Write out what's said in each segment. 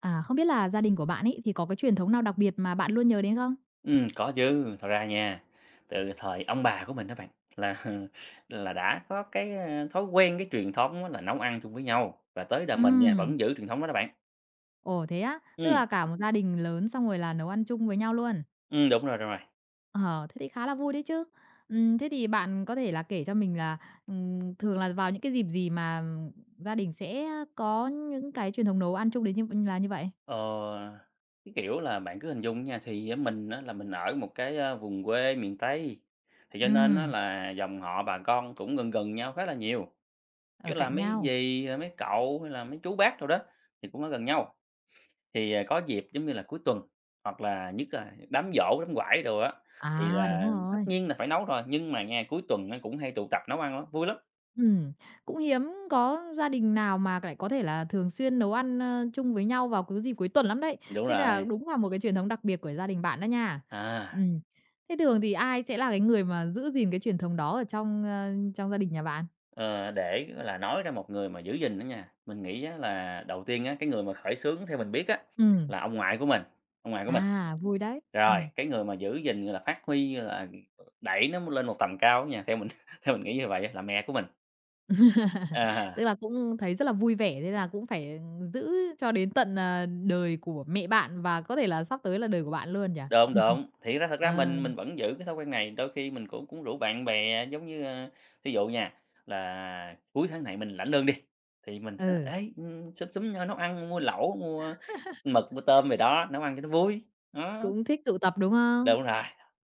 À, không biết là gia đình của bạn ấy thì có cái truyền thống nào đặc biệt mà bạn luôn nhớ đến không? Có chứ. Thật ra nha, từ thời ông bà của mình đó bạn, là là đã có cái, thói quen, cái truyền thống á là nấu ăn chung với nhau, và tới đời mình nha, Ừm, vẫn giữ truyền thống đó đó bạn. ồ, thế á? Tức Ừm, là cả một gia đình lớn xong rồi là nấu ăn chung với nhau luôn. Đúng rồi, đúng rồi. Ờ, thế thì khá là vui đấy chứ. Thế thì bạn có thể là kể cho mình là, thường là vào những cái dịp gì mà gia đình sẽ có những cái truyền thống nấu ăn chung đến như là như vậy? Ờ, cái kiểu là, bạn cứ hình dung nha, thì á mình á là mình ở một cái, vùng quê miền Tây, thì cho nên á Ừm, là dòng họ bà con cũng gần gần nhau khá là nhiều, chứ ở là cạnh mấy nhau. dì, mấy cậu hay là mấy chú bác đâu đó thì cũng ở gần nhau. Thì, có dịp, giống như là, cuối tuần hoặc là nhất là đám giỗ, đám quải đồ á, thì À, đúng là tất rồi. nhiên là phải nấu rồi, nhưng mà nghe cuối tuần nó cũng hay tụ tập nấu ăn lắm, vui lắm. Ừm, cũng hiếm có gia đình nào mà lại có thể là thường xuyên nấu ăn, chung với nhau vào cứ dịp cuối tuần lắm đấy. Đúng Thế nên là rồi, đúng là một cái truyền thống đặc biệt của gia đình bạn đó nha. à, Ừm, thế thường thì ai sẽ là cái người mà giữ gìn cái truyền thống đó ở trong, trong gia đình nhà bạn? ờ, để, gọi là, nói ra một người mà giữ gìn đó nha, mình nghĩ á là đầu tiên á, cái người mà khởi xướng theo mình biết á Ừm, là ông ngoại của mình, ông ngoại của mình. à, vui đấy. Rồi, Ừm. cái người mà giữ gìn, gọi là, phát huy, là, đẩy nó lên một tầm cao á nha, theo mình theo mình nghĩ như vậy á là mẹ của mình. Tức À. là cũng thấy rất là vui vẻ, thế là cũng phải giữ cho đến tận, đời của mẹ bạn và có thể là sắp tới là đời của bạn luôn nhỉ? Đúng, đúng, thì ra thật Ờ, ra mình vẫn giữ cái thói quen này, đôi khi mình cũng cũng rủ bạn bè, giống như, thí dụ nha, là cuối tháng này mình lãnh lương đi, thì mình sẽ ừ. "Ê, xúm xúm nhau nấu ăn, mua lẩu, mua mực, mua tôm về đó, nấu ăn cho nó vui." Đó, Cũng thích tụ tập, đúng không? đúng rồi,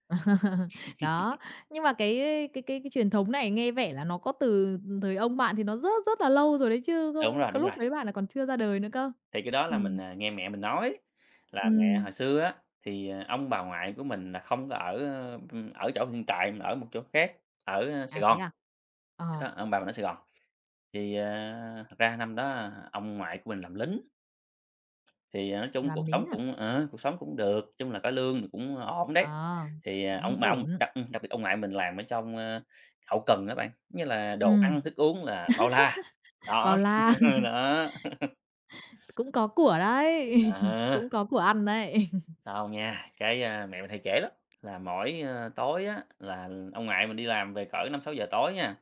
Đó, nhưng mà cái truyền thống này nghe vẻ là nó có từ thời ông bạn thì nó rất rất là lâu rồi đấy chứ, đúng không rồi, có đúng rồi. lúc đấy bạn là còn chưa ra đời nữa cơ. Thì cái đó Ừ, là mình, nghe mẹ mình nói, ừ. là mẹ hồi xưa á, thì, ông bà ngoại của mình là không có ở, ở chỗ hiện tại, mà ở một chỗ khác, ở Sài À, thế Gòn, à? Ờ, đó, ông bà mình ở Sài Gòn. Thì, thật ra năm đó ông ngoại của mình làm lính, thì, nói chung làm cuộc lính sống à? cũng ờ, cuộc sống cũng được, nói chung là có lương thì cũng ổn đấy. Ờ, Thì, ông cũng mà ông ổn. đặc ừ, đặc biệt ông ngoại mình làm ở trong, hậu cần đó bạn, như là đồ Ừ, ăn thức uống là bao la. vào Đó, la, đó, cũng có của đấy, à. cũng có của ăn đấy. Sao nha, cái, mẹ mình hay kể lắm, là mỗi, tối á, là ông ngoại mình đi làm về cỡ năm sáu giờ tối nha,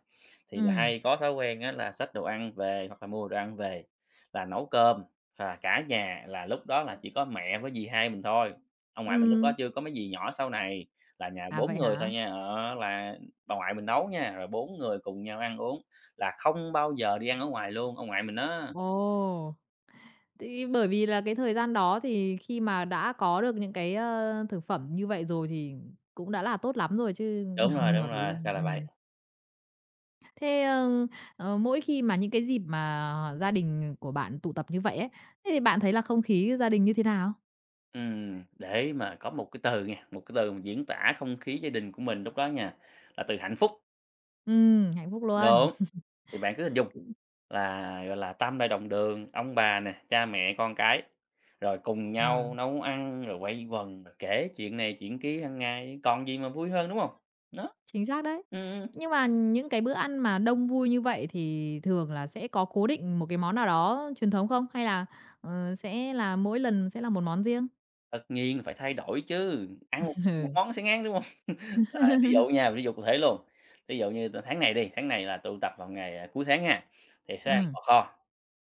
thì là Ừ, hay có thói quen á là xách đồ ăn về hoặc là mua đồ ăn về, là nấu cơm và cả nhà là lúc đó là chỉ có mẹ với dì hai mình thôi. Ông ngoại mình lúc đó ừ. chưa có mấy dì nhỏ sau này, là nhà À, 4 vậy người thôi hả? nha, ờ, là bà ngoại mình nấu nha, rồi 4 người cùng nhau ăn uống, là không bao giờ đi ăn ở ngoài luôn, ông ngoại mình đó. Ồ! Thì bởi vì là cái thời gian đó thì khi mà đã có được những cái, thực phẩm như vậy rồi thì cũng đã là tốt lắm rồi chứ làm gì Đúng mà phí rồi, ra. ra là vậy. Thế, mỗi khi mà những cái dịp mà gia đình của bạn tụ tập như vậy ấy, thế thì bạn thấy là không khí gia đình như thế nào? Để mà có một cái từ nha, một cái từ mà diễn tả không khí gia đình của mình lúc đó nha, là từ hạnh phúc. Hạnh phúc luôn. Đúng, thì bạn cứ hình dung là, gọi là, tam đại đồng đường, ông bà nè, cha mẹ, con cái, rồi cùng Ờ, nhau nấu ăn, rồi quây quần, rồi kể chuyện này chuyện kia hàng ngày, còn gì mà vui hơn, đúng không? Đó. chính xác đấy. Ừm, ừm, Nhưng mà những cái bữa ăn mà đông vui như vậy thì thường là sẽ có cố định một cái món nào đó truyền thống không? Hay là, sẽ là mỗi lần sẽ là một món riêng? tất nhiên là phải thay đổi chứ, ăn một một Ừ. món sẽ ngán, đúng không? Ví dụ nha, ví dụ cụ thể luôn, ví dụ như t tháng này đi, tháng này là tụ tập vào ngày, cuối tháng ha, thì sẽ ăn Ừm.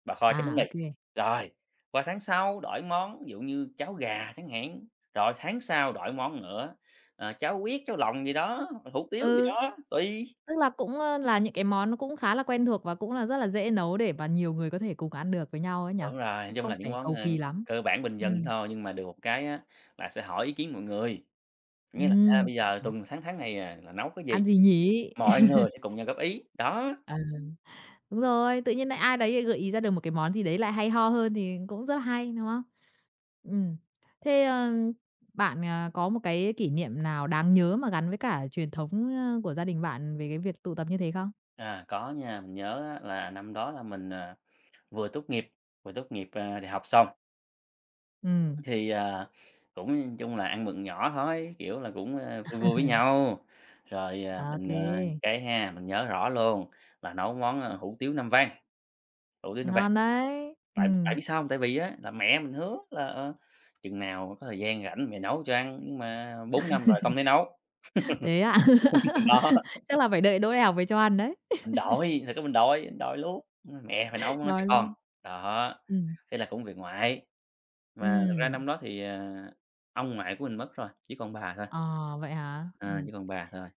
bò kho chấm bánh À, mì. ô kê. Rồi, qua tháng sau đổi món, ví dụ như cháo gà chẳng hạn, rồi tháng sau đổi món nữa, cháo huyết, cháo lòng gì đó, hủ tiếu gì Ừ. đó, tùy. Tức là cũng, là những cái món nó cũng khá là quen thuộc và cũng là rất là dễ nấu để mà nhiều người có thể cùng ăn được với nhau ấy nhỉ? Đúng rồi, nói Cũng chung không là những phải món, cầu kỳ lắm. cơ bản bình dân Ừm, thôi, nhưng mà được một cái á là sẽ hỏi ý kiến mọi người, nghĩa là, ừm, bây giờ tuần tháng tháng này, là nấu cái gì, ăn gì nhỉ? mọi người sẽ cùng nhau góp ý, đó. Ờ. Đúng rồi, tự nhiên nại ai đấy gợi ý ra được một cái món gì đấy lại hay ho hơn thì cũng rất là hay, đúng không? Ừm. Thế, bạn, có một cái kỷ niệm nào đáng nhớ mà gắn với cả truyền thống, của gia đình bạn về cái việc tụ tập như thế không? À, có nha, mình nhớ á, là năm đó là mình, vừa tốt nghiệp vừa tốt nghiệp, đại học xong, Ừm, thì, cũng nói chung là ăn mừng nhỏ thôi, kiểu là, cũng, vui vui với nhau. Rồi, à, ô mình, kê. Cái ha, mình nhớ rõ luôn là nấu món, hủ tiếu Nam Vang, hủ tiếu Nam Vang. Ngon đấy. Tại tại biết sao hông? Tại vì á, là mẹ mình hứa là, chừng nào có thời gian rảnh mẹ nấu cho ăn, nhưng mà 4 năm rồi không thấy nấu. Thế ạ? Đó, Chắc là phải đợi đỗ đại học về cho ăn đấy. mình đòi, thật ra mình đòi luôn, mẹ phải nấu món cho Đói con. luôn. Đó, Ừm, thế là cũng việc ngoại. Mà thực ra ừm, năm đó thì, ông ngoại của mình mất rồi, chỉ còn bà thôi, ờ, vậy hả? Ừm. chỉ còn bà thôi.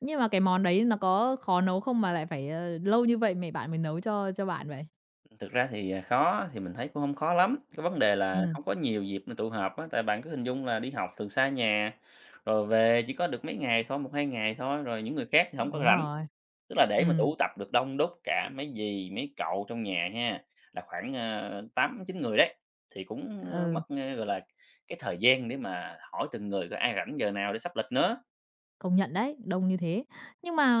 Nhưng mà cái món đấy nó có khó nấu không mà lại phải, lâu như vậy mày bạn mới nấu cho bạn vậy? Thực ra thì, khó thì mình thấy cũng không khó lắm, cái vấn đề là Ừm, không có nhiều dịp mà tụ họp á, tại bạn cứ hình dung là đi học từ xa nhà, rồi về chỉ có được mấy ngày thôi, một hai ngày thôi, rồi những người khác thì hổng có đúng rảnh. rồi. Tức là để mà Ừm, tụ tập được đông đúc cả mấy dì, mấy cậu trong nhà ha, là khoảng, 8-9 người đấy, thì cũng, mất, ừ, gọi là, cái thời gian để mà hỏi từng người có ai rảnh giờ nào để sắp lịch nữa. công nhận đấy, đông như thế. Nhưng mà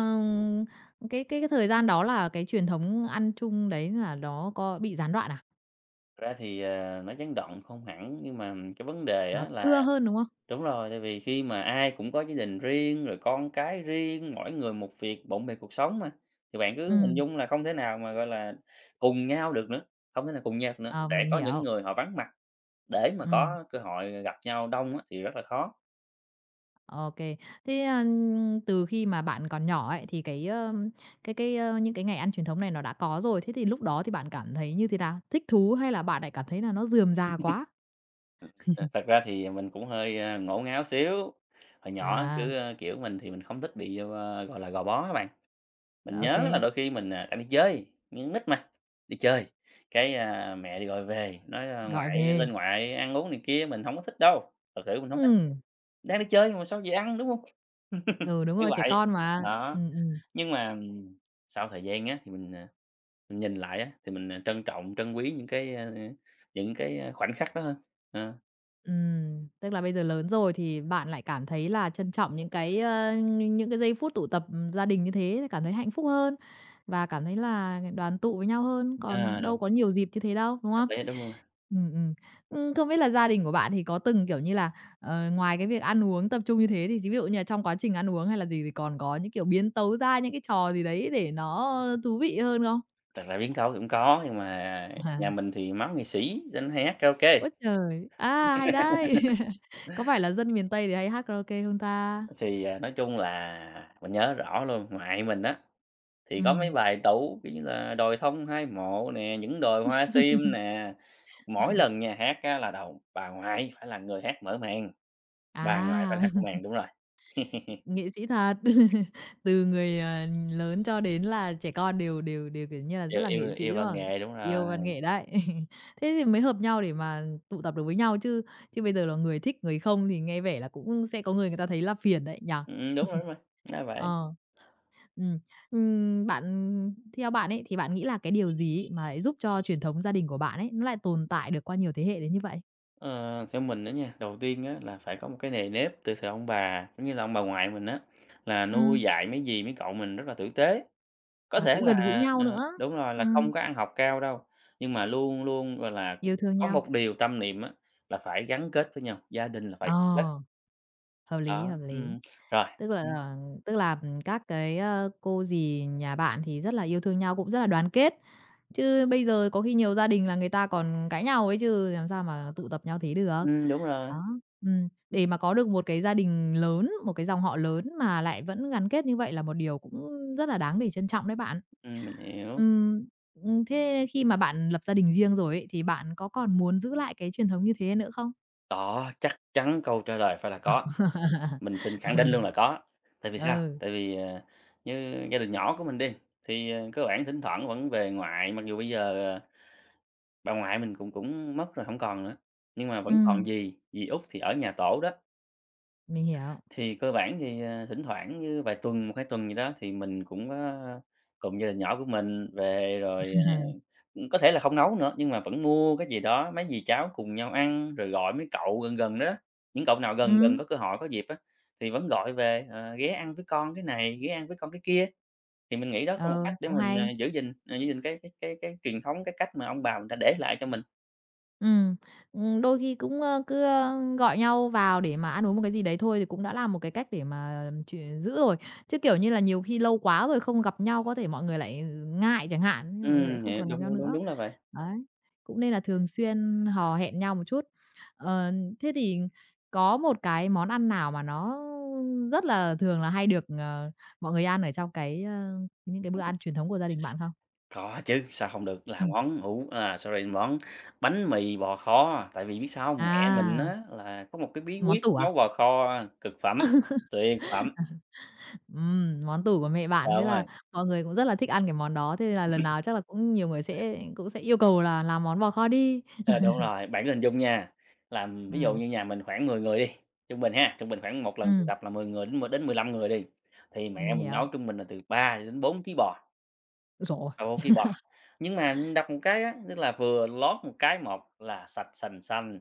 cái thời gian đó là cái truyền thống ăn chung đấy là nó có bị gián đoạn à? Thật ra thì, nói chấn động không hẳn, nhưng mà cái vấn đề Nó á là thưa hơn, đúng không? đúng rồi, tại vì khi mà ai cũng có gia đình riêng, rồi con cái riêng, mỗi người một việc, bộn bề cuộc sống mà, thì bạn cứ hình Ừm, dung là không thể nào mà, gọi là, cùng nhau được nữa, không thể nào cùng nhau được nữa, ờ, sẽ mình có những hiểu. người họ vắng mặt để mà Ừm. có cơ hội gặp nhau đông á thì rất là khó. OK. Thế, từ khi mà bạn còn nhỏ ấy, thì cái, ơ, những cái ngày ăn truyền thống này nó đã có rồi, thế thì lúc đó thì bạn cảm thấy như thế nào? Thích thú hay là bạn lại cảm thấy là nó rườm rà quá? Ờ, thật ra thì mình cũng hơi, ngổ ngáo xíu, hồi nhỏ À, cứ, kiểu, mình thì mình không thích bị, gọi là, gò bó các bạn. Mình nhớ là OK. đôi khi mình, đang đi chơi, những nít mà, đi chơi, cái, mẹ đi gọi về nói, Gọi "Ngoại về. lên ngoại ăn uống này kia." Mình không có thích đâu, thật sự mình không thích, Ừm, đang đi chơi mà sao về ăn, đúng không ừ, đúng như rồi, trẻ vậy, con mà. đó, nhưng mà, sau thời gian á, thì mình, mình nhìn lại á, thì mình, trân trọng, trân quý những cái, những cái, khoảnh khắc đó hơn, ờ. Tức là bây giờ lớn rồi thì bạn lại cảm thấy là trân trọng những cái, những cái giây phút tụ tập gia đình như thế, cảm thấy hạnh phúc hơn và cảm thấy là đoàn tụ với nhau hơn, À, còn đâu đúng, có nhiều dịp như thế đâu, đúng hợp không? lý, đúng rồi. Ừm, ừm. Ưm, không biết là gia đình của bạn thì có từng, kiểu như là, ngoài cái việc ăn uống tập trung như thế thì ví dụ như là trong quá trình ăn uống hay là gì thì còn có những, kiểu, biến tấu ra những cái trò gì đấy để nó thú vị hơn không? Thật ra biến tấu thì cũng có, nhưng mà nhà À. mình thì máu nghệ sĩ nên hay hát karaoke. Ôi trời! À, hay đấy! Có phải là dân miền Tây thì hay hát karaoke không ta? Thì, nói chung là mình nhớ rõ luôn, ngoại mình á, thì Ừ, có mấy bài tủ, kiểu như là "Đồi thông hai mộ" nè, "Những đồi hoa sim" nè. Mỗi lần nhà hát á là đầu bà ngoại phải là người hát mở màn, bà ngoại phải à. là hát mở màn, đúng rồi, Nghệ sĩ thật. Từ người, lớn cho đến là trẻ con đều đều đều, kiểu như là, rất yêu là nghệ yêu yêu sĩ, đúng văn không? nghệ, đúng Yêu văn rồi. nghệ đấy. Thế thì mới hợp nhau để mà tụ tập được với nhau chứ. Chứ bây giờ là người thích người không thì nghe vẻ là cũng sẽ có người người ta thấy là phiền đấy, nhỉ? Đúng rồi, đúng rồi, ra vậy. Ờ. Ừm, bạn theo bạn ấy, thì bạn nghĩ là cái điều gì ấy mà lại giúp cho truyền thống gia đình của bạn ấy, nó lại tồn tại được qua nhiều thế hệ đến như vậy? Ờ, theo mình á nha, đầu tiên á là phải có một cái nề nếp từ thời ông bà, giống như là ông bà ngoại mình á, là nuôi Ừm, dạy mấy dì, mấy cậu mình rất là tử tế. Có và thể cũng là gần gũi nhau ờ, nữa. đúng rồi, là Ừm, không có ăn học cao đâu, nhưng mà luôn luôn, gọi là, yêu thương có nhau. một điều tâm niệm á, là phải gắn kết với nhau, gia đình là phải gắn kết, Ờ, hợp lý, đó, hợp lý. Rồi, Tức ừm, là tức là, các cái, cô dì nhà bạn thì rất là yêu thương nhau, cũng rất là đoàn kết. Chứ bây giờ có khi nhiều gia đình là người ta còn cãi nhau ấy chứ, làm sao mà tụ tập nhau thế được. Đúng rồi, Đó, để mà có được một cái gia đình lớn, một cái dòng họ lớn mà lại vẫn gắn kết như vậy là một điều cũng rất là đáng để trân trọng đấy bạn. Mình hiểu. Ừm, thế khi mà bạn lập gia đình riêng rồi ấy, thì bạn có còn muốn giữ lại cái truyền thống như thế nữa không? Có, chắc chắn câu trả lời phải là có, mình xin khẳng định Ừ, luôn là có. Tại vì sao? ừ, Tại vì, như gia đình nhỏ của mình đi, thì, cơ bản thỉnh thoảng vẫn về ngoại, mặc dù bây giờ, bà ngoại mình cũng cũng mất rồi, hổng còn nữa, nhưng mà vẫn còn dì, dì út thì ở nhà tổ đó. mình hiểu. Thì cơ bản thì, thỉnh thoảng như vài tuần, một hai tuần gì đó thì mình cũng có cùng gia đình nhỏ của mình về rồi, ờ, có thể là không nấu nữa, nhưng mà vẫn mua cái gì đó, mấy dì cháu cùng nhau ăn, rồi gọi mấy cậu gần gần đó, những cậu nào gần gần Ừ, có cơ hội, có dịp á, thì vẫn gọi về, "Ghé ăn với con cái này, ghé ăn với con cái kia." Thì mình nghĩ đó là một ừ, cách để cũng mình, hay. giữ gìn cái truyền thống, cái cách mà ông bà mình đã để lại cho mình. Ừ, đôi khi cũng, gọi nhau vào để mà ăn uống một cái gì đấy thôi thì cũng đã là một cái cách để mà chuyện giữ rồi. Chứ, kiểu như là, nhiều khi lâu quá rồi không gặp nhau có thể mọi người lại ngại chẳng hạn, nhưng mọi người lại không Vậy còn gặp đúng, nhau đúng, đúng, nữa. đúng là vậy. Đấy, cũng nên là thường xuyên hò hẹn nhau một chút. Ờ, thế thì có một cái món ăn nào mà nó rất là thường là hay được, mọi người ăn ở trong cái, những cái bữa ăn truyền thống của gia đình bạn không? Có chứ, sao không được, Ừ, là món hủ à, sorry, món bánh mì bò kho. Tại vì biết sao hông? Mẹ mình à. á là có một cái bí Món quyết tủ à? nấu bò kho cực phẩm, tuyệt phẩm. Món tủ của mẹ Ờ, bạn, thế Đúng rồi, là mọi người cũng rất là thích ăn cái món đó, thế là lần nào chắc là cũng nhiều người sẽ cũng sẽ yêu cầu là làm món bò kho đi. ờ, đúng rồi, bạn cứ hình dung nha, là ví dụ Ừm, như nhà mình khoảng 10 người đi, trung bình ha, trung bình khoảng một lần tụ ừm, tập là 10 người đến 15 người đi, thì mẹ mình mình nấu hiểu. trung bình là từ 3 cho đến 4 ký bò, Ôi giời ôi! 3, 4 ký bò. Nhưng mà đặt một cái á, tức là vừa lót một cái một là sạch sành sanh.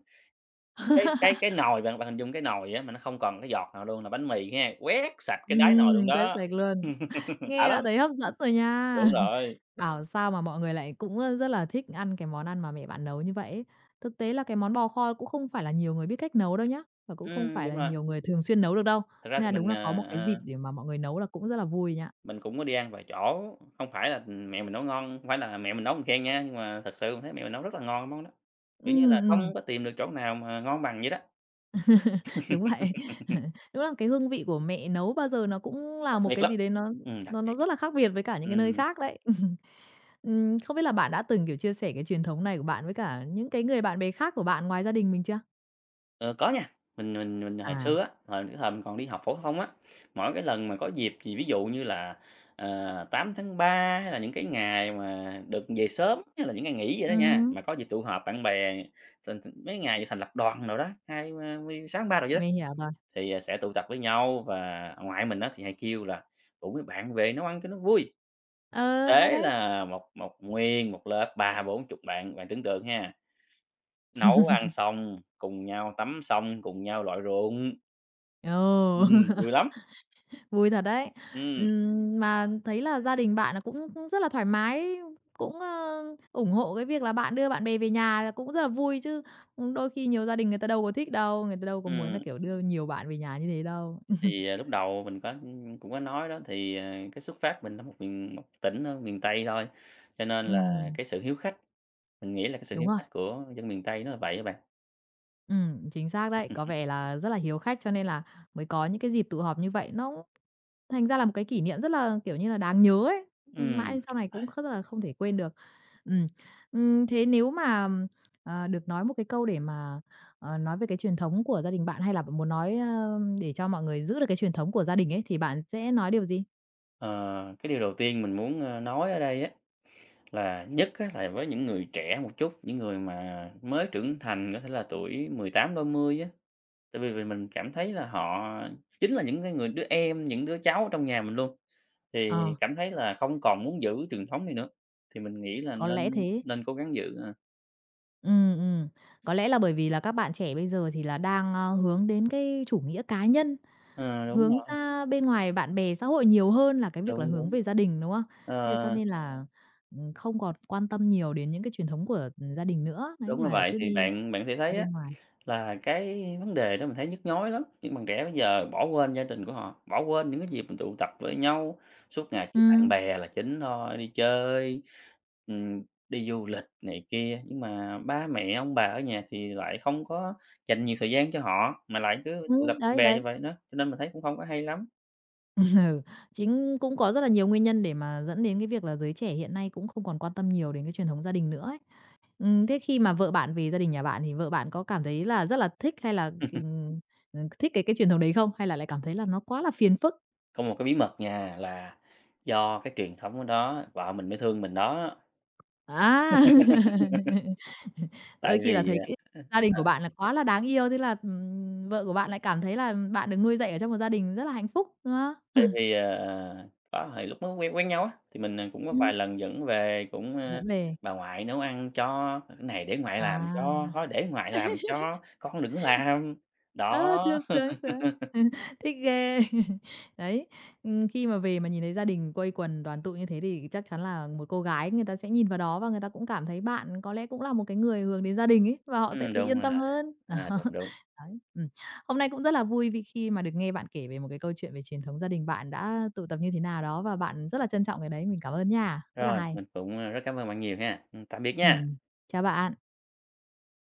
Cái nồi bạn bạn hình dung cái nồi á mà nó không còn cái giọt nào luôn là bánh mì ha, quét sạch cái đáy nồi luôn quét đó. sạch luôn. Đã Nghe lắm, đã thấy hấp dẫn rồi nha. đúng rồi, Bảo sao mà mọi người lại cũng, rất là thích ăn cái món ăn mà mẹ bạn nấu như vậy ấy. Thực tế là cái món bò kho cũng không phải là nhiều người biết cách nấu đâu nhá, và cũng không phải đúng là rồi. nhiều người thường xuyên nấu được đâu, Thật ra nên thì là đúng là có một cái dịp để mà mọi người nấu là cũng rất là vui nha. mình cũng có đi ăn vài chỗ, không phải là, mẹ mình nấu ngon, không phải là mẹ mình nấu mình khen nha, nhưng mà thật sự mình thấy mẹ mình nấu rất là ngon món đó. Kiểu như Ừm, là, không ừm. có tìm được chỗ nào mà ngon bằng vậy đó, Đúng vậy. Đúng là cái hương vị của mẹ nấu bao giờ nó cũng là đặc một biệt cái lắm, gì đấy nó đặc nó biệt nó lắm. rất là khác biệt với cả những cái nơi Ừm. khác đấy. Không biết là bạn đã từng, kiểu, chia sẻ cái truyền thống này của bạn với cả những cái người bạn bè khác của bạn ngoài gia đình mình chưa? Ờ, có nha, mình hồi À, xưa á, hồi cái thời mình còn đi học phổ thông á, mỗi cái lần mà có dịp gì ví dụ như là, 8/3 hay là những cái ngày mà được về sớm, hay là những ngày nghỉ vậy đó nha, ừm, mà có dịp tụ họp bạn bè, thành thành mấy ngày thành lập đoàn đồ đó, hai a mươi 6/3 đồ đó, mình hiểu rồi. thì, sẽ tụ tập với nhau. Và ngoại mình á thì hay kêu là rủ mấy bạn về nấu ăn cho nó vui, Ờ, hay thế đấy. là một một nguyên một lớp ba bốn chục bạn, bạn tưởng tượng ha, nấu ăn xong, cùng nhau tắm xong, cùng nhau lội ruộng. Ồ. Ừm, vui lắm. Vui thật đấy. Ừm, Mà thấy là gia đình bạn là cũng cũng rất là thoải mái, cũng, ủng hộ cái việc là bạn đưa bạn bè về nhà là cũng rất là vui chứ. Đôi khi nhiều gia đình người ta đâu có thích đâu, người ta đâu có muốn là, ừm, kiểu, đưa nhiều bạn về nhà như thế đâu. thì, lúc đầu mình cũng có nói đó, thì, cái xuất phát mình là một tỉnh ở miền Tây thôi, cho nên là Ừm, cái sự hiếu khách, mình nghĩ là cái sự đúng hiếu rồi, khách của dân miền Tây nó là vậy á bạn. Chính xác đấy. Có vẻ là rất là hiếu khách cho nên là mới có những cái dịp tụ họp như vậy, nó thành ra là một cái kỷ niệm rất là, kiểu như là, đáng nhớ ấy, mãi Ừm, đến sau này cũng rất là không thể quên được. Ừm, thế nếu mà, được nói một cái câu để mà, nói về cái truyền thống của gia đình bạn, hay là bạn muốn nói, để cho mọi người giữ được cái truyền thống của gia đình ấy, thì bạn sẽ nói điều gì? ờ, cái điều đầu tiên mình muốn, nói ở đây á, là nhất á là với những người trẻ một chút, những người mà mới trưởng thành, có thể là tuổi 18-20 á, tại vì vì mình cảm thấy là họ chính là những cái người đứa em, những đứa cháu ở trong nhà mình luôn. Thì Ờ, cảm thấy là không còn muốn giữ truyền thống này nữa, thì mình nghĩ là có lẽ nên thế. nên cố gắng giữ, à. Ừm, ừm, có lẽ là bởi vì là các bạn trẻ bây giờ thì là đang, hướng đến cái chủ nghĩa cá nhân. Ờ, đúng Hướng rồi, ra bên ngoài bạn bè xã hội nhiều hơn là cái việc là đúng, hướng đúng. về gia đình, đúng không? Ờ, Thế cho nên là, không còn quan tâm nhiều đến những cái truyền thống của, gia đình nữa, đấy, đúng là mà lại vậy, cứ thì đi bạn bạn sẽ ra thấy á bên ngoài. là cái vấn đề đó mình thấy nhức nhối lắm, những bạn trẻ bây giờ bỏ quên gia đình của họ, bỏ quên những cái dịp mình tụ tập với nhau, suốt ngày chỉ bạn Ừm, bè là chính thôi, đi chơi, ừm, đi du lịch này kia, nhưng mà ba mẹ, ông bà ở nhà thì lại không có dành nhiều thời gian cho họ, mà lại cứ tụ tập bạn đấy, bè như đấy. vậy đó, cho nên mình thấy cũng không có hay lắm. Ừ, chính cũng có rất là nhiều nguyên nhân để mà dẫn đến cái việc là giới trẻ hiện nay cũng không còn quan tâm nhiều đến cái truyền thống gia đình nữa ấy. Thế khi mà vợ bạn về gia đình nhà bạn thì vợ bạn có cảm thấy là rất là thích hay là, thích cái truyền thống đấy không? Hay là lại cảm thấy là nó quá là phiền phức? Có một cái bí mật nha, là do cái truyền thống đó vợ mình mới thương mình đó. À! Tại Đôi khi là vì, thấy cái ờ, gia đình của bạn là quá là đáng yêu, thế là, vợ của bạn lại cảm thấy là bạn được nuôi dạy ở trong một gia đình rất là hạnh phúc, đúng không? tại vì, ờ, có hồi lúc mới quen quen nhau á, thì mình, cũng có vài lần dẫn về, cũng, dẫn về. bà ngoại nấu ăn cho, cái này để ngoại làm cho, À! thôi để ngoại làm cho, con đừng có làm. Ơ, Đó, thương, sướng, sướng. Thích ghê. Đấy, khi mà về mà nhìn thấy gia đình quây quần đoàn tụ như thế thì chắc chắn là một cô gái người ta sẽ nhìn vào đó và người ta cũng cảm thấy bạn có lẽ cũng là một cái người hướng đến gia đình ấy, và họ sẽ thấy đúng yên rồi, tâm hơn. Đó, đúng, đúng. đấy. Hôm nay cũng rất là vui vì khi mà được nghe bạn kể về một cái câu chuyện về truyền thống gia đình bạn đã tụ tập như thế nào đó và bạn rất là trân trọng cái đấy. Mình cảm ơn nha, rất là Rồi, hay. mình cũng, rất cảm ơn bạn nhiều ha. Tạm biệt nha. Ừm, chào bạn.